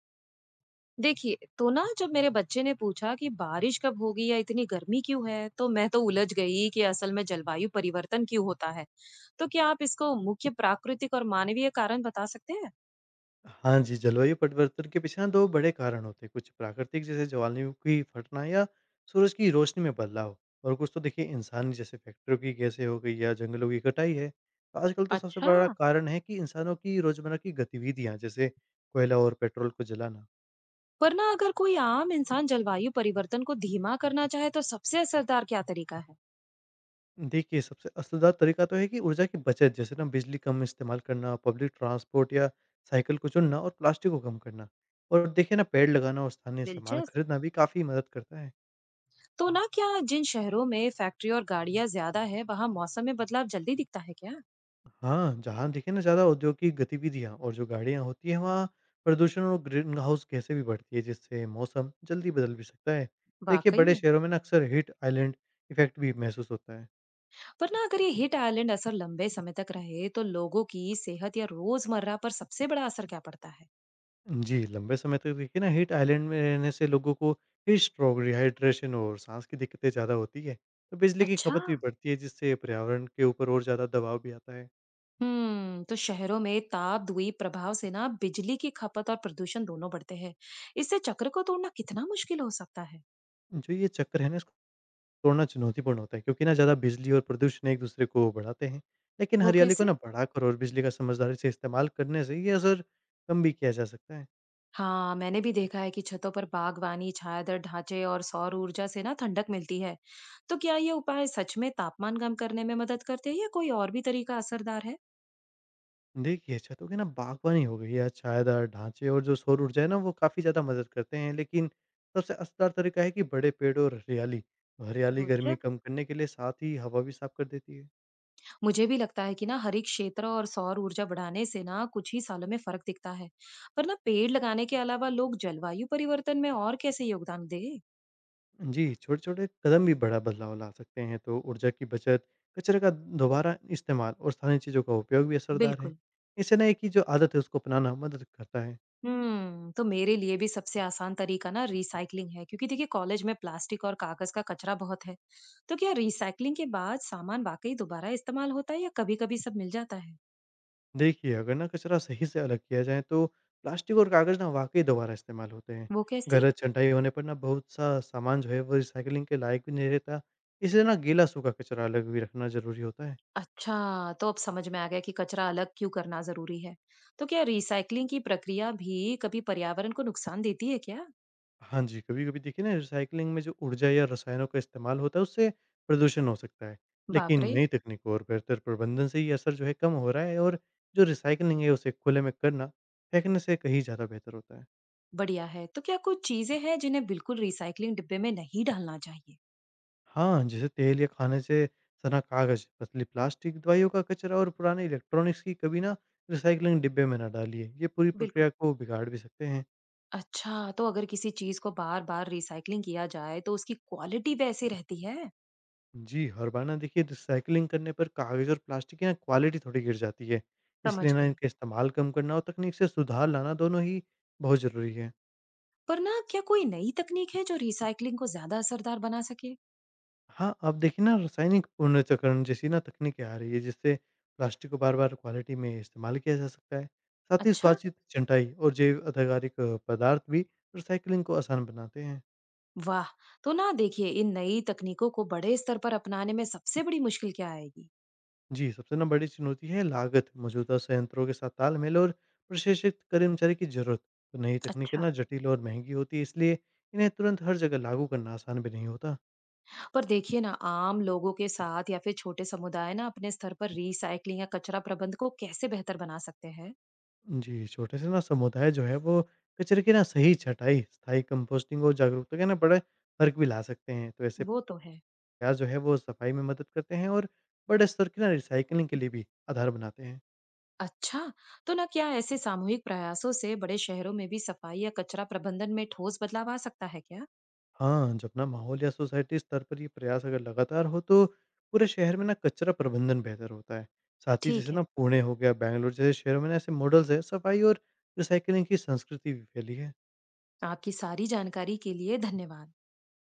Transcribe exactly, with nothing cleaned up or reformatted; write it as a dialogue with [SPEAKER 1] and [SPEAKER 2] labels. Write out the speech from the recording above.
[SPEAKER 1] देखिए, तो ना जब मेरे बच्चे ने पूछा कि बारिश कब होगी या इतनी गर्मी क्यों है, तो मैं तो उलझ गई कि असल में जलवायु परिवर्तन क्यों होता है। तो क्या आप इसको मुख्य प्राकृतिक और मानवीय कारण बता सकते हैं?
[SPEAKER 2] हाँ जी, जलवायु परिवर्तन के पीछे ना दो बड़े कारण होते हैं। कुछ प्राकृतिक जैसे ज्वालामुखी फटना या सूरज की रोशनी में बदलाव, और कुछ तो देखिए इंसान, जैसे फैक्ट्रियों की गैसें हो गई या जंगलों की कटाई है। तो आजकल तो सबसे
[SPEAKER 1] अच्छा।
[SPEAKER 2] बड़ा कारण है कि इंसानों की रोज़मर्रा की गतिविधियाँ, जैसे कोयला और पेट्रोल को जलाना।
[SPEAKER 1] पर ना अगर कोई आम इंसान जलवायु परिवर्तन को धीमा करना चाहे तो सबसे असरदार क्या तरीका है?
[SPEAKER 2] देखिए, सबसे असरदार तरीका तो है कि ऊर्जा की बचत, जैसे ना बिजली कम इस्तेमाल करना, पब्लिक ट्रांसपोर्ट या साइकिल को चुनना और प्लास्टिक को कम करना। और देखिए ना, पेड़ लगाना और स्थानीय सामान
[SPEAKER 1] दिलचस्प।
[SPEAKER 2] खरीदना भी काफ़ी मदद करता है।
[SPEAKER 1] तो ना क्या जिन शहरों में फैक्ट्री और गाड़ियां ज्यादा है, वहां मौसम में बदलाव जल्दी दिखता है क्या?
[SPEAKER 2] हाँ, जहाँ देखिए ना ज़्यादा औद्योगिक गतिविधियाँ और जो गाड़ियाँ होती हैं, वहाँ प्रदूषण और ग्रीन हाउस गैसें भी बढ़ती है, जिससे मौसम जल्दी बदल भी सकता है। देखिए,
[SPEAKER 1] वाकई
[SPEAKER 2] बड़े
[SPEAKER 1] में।
[SPEAKER 2] शहरों में ना अक्सर हीट आइलैंड इफेक्ट भी महसूस होता है।
[SPEAKER 1] पर ना अगर ये हिट आइलैंड असर लंबे समय तक रहे तो लोगों की सेहत या रोजमर्रा पर सबसे बड़ा असर क्या पड़ता है?
[SPEAKER 2] जी, लंबे समय तक देखिए ना हीट आइलैंड में रहने से लोगों को हीट स्ट्रोक, डिहाइड्रेशन और सांस की दिक्कतें ज़्यादा होती है। तो बिजली की
[SPEAKER 1] अच्छा।
[SPEAKER 2] खपत भी बढ़ती है, जिससे पर्यावरण के ऊपर और ज़्यादा दबाव भी आता है।
[SPEAKER 1] हम्म, तो शहरों में तापद्वीप प्रभाव से ना बिजली की खपत और प्रदूषण दोनों बढ़ते हैं। इससे चक्र को तोड़ना कितना मुश्किल हो सकता है?
[SPEAKER 2] जो ये चक्कर है ना, इसको तोड़ना चुनौतीपूर्ण होता है, क्योंकि ना ज़्यादा बिजली और प्रदूषण एक दूसरे को बढ़ाते हैं। लेकिन
[SPEAKER 1] वो
[SPEAKER 2] हरियाली को
[SPEAKER 1] कैसे?
[SPEAKER 2] ना बढ़ाकर और बिजली का समझदारी से इस्तेमाल करने से ये असर कम भी किया जा सकता है।
[SPEAKER 1] हाँ, मैंने भी देखा है कि छतों पर बागवानी, छायादार ढांचे और सौर ऊर्जा से ना ठंडक मिलती है। तो क्या ये उपाय सच में तापमान कम करने में मदद करते हैं या कोई और भी तरीका असरदार है?
[SPEAKER 2] देखिए, छतों की ना बागवानी हो गई या छायादार ढांचे, और जो सौर ऊर्जा है ना, वो काफ़ी ज़्यादा मदद करते हैं। लेकिन सबसे असरदार तरीका है कि बड़े पेड़ और हरियाली। हरियाली गर्मी
[SPEAKER 1] रोचक।
[SPEAKER 2] कम करने के लिए, साथ ही हवा भी साफ कर देती है।
[SPEAKER 1] मुझे भी लगता है कि ना हरित क्षेत्र और सौर ऊर्जा बढ़ाने से ना कुछ ही सालों में फर्क दिखता है। पर ना पेड़ लगाने के अलावा लोग जलवायु परिवर्तन में और कैसे योगदान दे?
[SPEAKER 2] जी, छोटे-छोटे कदम भी बड़ा बदलाव ला सकते हैं। तो ऊर्जा की बचत, कचरे का दोबारा इस्तेमाल और स्थानीय चीज़ों का उपयोग भी असरदार है।
[SPEAKER 1] बिल्कुल।
[SPEAKER 2] इससे ना एक ही जो आदत है, उसको अपनाना मदद करता है।
[SPEAKER 1] हम्म, तो मेरे लिए भी सबसे आसान तरीका ना रिसाइकलिंग है, क्योंकि देखिए कॉलेज में प्लास्टिक और कागज का कचरा बहुत है। तो क्या रिसाइकलिंग के बाद सामान वाकई दोबारा इस्तेमाल होता है या कभी-कभी सब मिल जाता है?
[SPEAKER 2] देखिए, अगर ना कचरा सही से अलग किया जाए, तो प्लास्टिक और कागज़ ना वाक़ई दोबारा इस्तेमाल होते हैं।
[SPEAKER 1] वो कैसे?
[SPEAKER 2] गलत छँटाई होने पर ना बहुत सा सामान जो है, वो रिसाइक्लिंग के लायक भी नहीं रहता। इसलिए ना गीला सूखा कचरा अलग भी रखना ज़रूरी होता है।
[SPEAKER 1] अच्छा, तो अब समझ में आ गया कि कचरा अलग क्यों करना ज़रूरी है। तो क्या रिसाइक्लिंग की प्रक्रिया भी कभी पर्यावरण को नुकसान देती है क्या?
[SPEAKER 2] हाँ जी, कभी-कभी देखिए ना रिसाइक्लिंग में जो ऊर्जा या रसायनों का इस्तेमाल होता है, उससे प्रदूषण हो सकता है।
[SPEAKER 1] बाप
[SPEAKER 2] लेकिन
[SPEAKER 1] रे!
[SPEAKER 2] नई तकनीकों और बेहतर प्रबंधन से ये असर जो है, कम हो रहा है। और जो रिसाइक्लिंग है, उसे खुले में करना, फेंकने से कहीं ज़्यादा बेहतर होता है।
[SPEAKER 1] बढ़िया है। तो क्या कुछ चीज़ें हैं जिन्हें बिल्कुल रिसाइक्लिंग डिब्बे में नहीं डालना चाहिए?
[SPEAKER 2] हाँ, जैसे तेल या खाने से सना कागज़, पतली प्लास्टिक, दवाइयों का कचरा और पुराने इलेक्ट्रॉनिक्स की कभी ना रिसाइक्लिंग डिब्बे में ना डालिए। ये पूरी
[SPEAKER 1] बिल्कुल।
[SPEAKER 2] प्रक्रिया को बिगाड़ भी सकते हैं।
[SPEAKER 1] अच्छा, तो अगर किसी चीज़ को बार-बार रिसाइक्लिंग किया जाए, तो उसकी क्वालिटी वैसी रहती है?
[SPEAKER 2] जी, हर बार ना देखिए रिसाइक्लिंग करने पर कागज़ और प्लास्टिक की ना क्वालिटी थोड़ी गिर जाती है।
[SPEAKER 1] समझ
[SPEAKER 2] इसलिए ना
[SPEAKER 1] गई।
[SPEAKER 2] इनका इस्तेमाल कम करना और तकनीक से सुधार लाना, दोनों ही बहुत ज़रूरी है।
[SPEAKER 1] पर ना क्या कोई नई तकनीक है जो रिसाइक्लिंग को ज़्यादा असरदार बना सके?
[SPEAKER 2] हाँ, अब देखिए ना रासायनिक पुनर्चक्रण जैसी ना तकनीकें आ रही है, जिससे प्लास्टिक को बार-बार क्वालिटी में इस्तेमाल किया जा सकता है। साथ ही
[SPEAKER 1] अच्छा।
[SPEAKER 2] स्वाचित छँटाई और जैव आधारिक पदार्थ भी रिसाइक्लिंग को आसान बनाते हैं।
[SPEAKER 1] वाह! तो ना देखिए, इन नई तकनीकों को बड़े स्तर पर अपनाने में सबसे बड़ी मुश्किल क्या आएगी?
[SPEAKER 2] जी, सबसे ना बड़ी चुनौती है लागत, मौजूदा संयंत्रों के साथ तालमेल और प्रशिक्षित कर्मचारी की ज़रूरत। तो नई तकनीकें ना
[SPEAKER 1] अच्छा।
[SPEAKER 2] जटिल और महंगी होती है, इसलिए इन्हें तुरंत हर जगह लागू करना आसान भी नहीं होता।
[SPEAKER 1] पर देखिए ना, आम लोगों के साथ या फिर छोटे समुदाय ना अपने स्तर पर रीसाइक्लिंग या कचरा प्रबंध को कैसे बेहतर बना सकते हैं?
[SPEAKER 2] जी, छोटे से ना समुदाय जो है, वो कचरे की ना सही छँटाई, स्थायी कंपोस्टिंग और जागरूकता के ना बड़े फ़र्क भी ला सकते हैं। तो ऐसे
[SPEAKER 1] वो तो है।
[SPEAKER 2] प्रयास जो है, वो सफाई में मदद करते हैं और बड़े स्तर की ना रिसाइक्लिंग के लिए भी आधार बनाते हैं।
[SPEAKER 1] अच्छा, तो ना क्या ऐसे सामूहिक प्रयासों से बड़े शहरों में भी सफाई या कचरा प्रबंधन में ठोस बदलाव आ सकता है क्या?
[SPEAKER 2] हाँ, जब ना माहौल या सोसाइटी स्तर पर ये प्रयास अगर लगातार हो, तो पूरे शहर में ना कचरा प्रबंधन बेहतर होता है। साथ ही जैसे
[SPEAKER 1] ठीक
[SPEAKER 2] ना
[SPEAKER 1] है।
[SPEAKER 2] पुणे हो गया, बैंगलोर जैसे शहरों में ना ऐसे मॉडल्स है, सफाई और रिसाइकलिंग की संस्कृति भी फैली है।
[SPEAKER 1] आपकी सारी जानकारी के लिए धन्यवाद।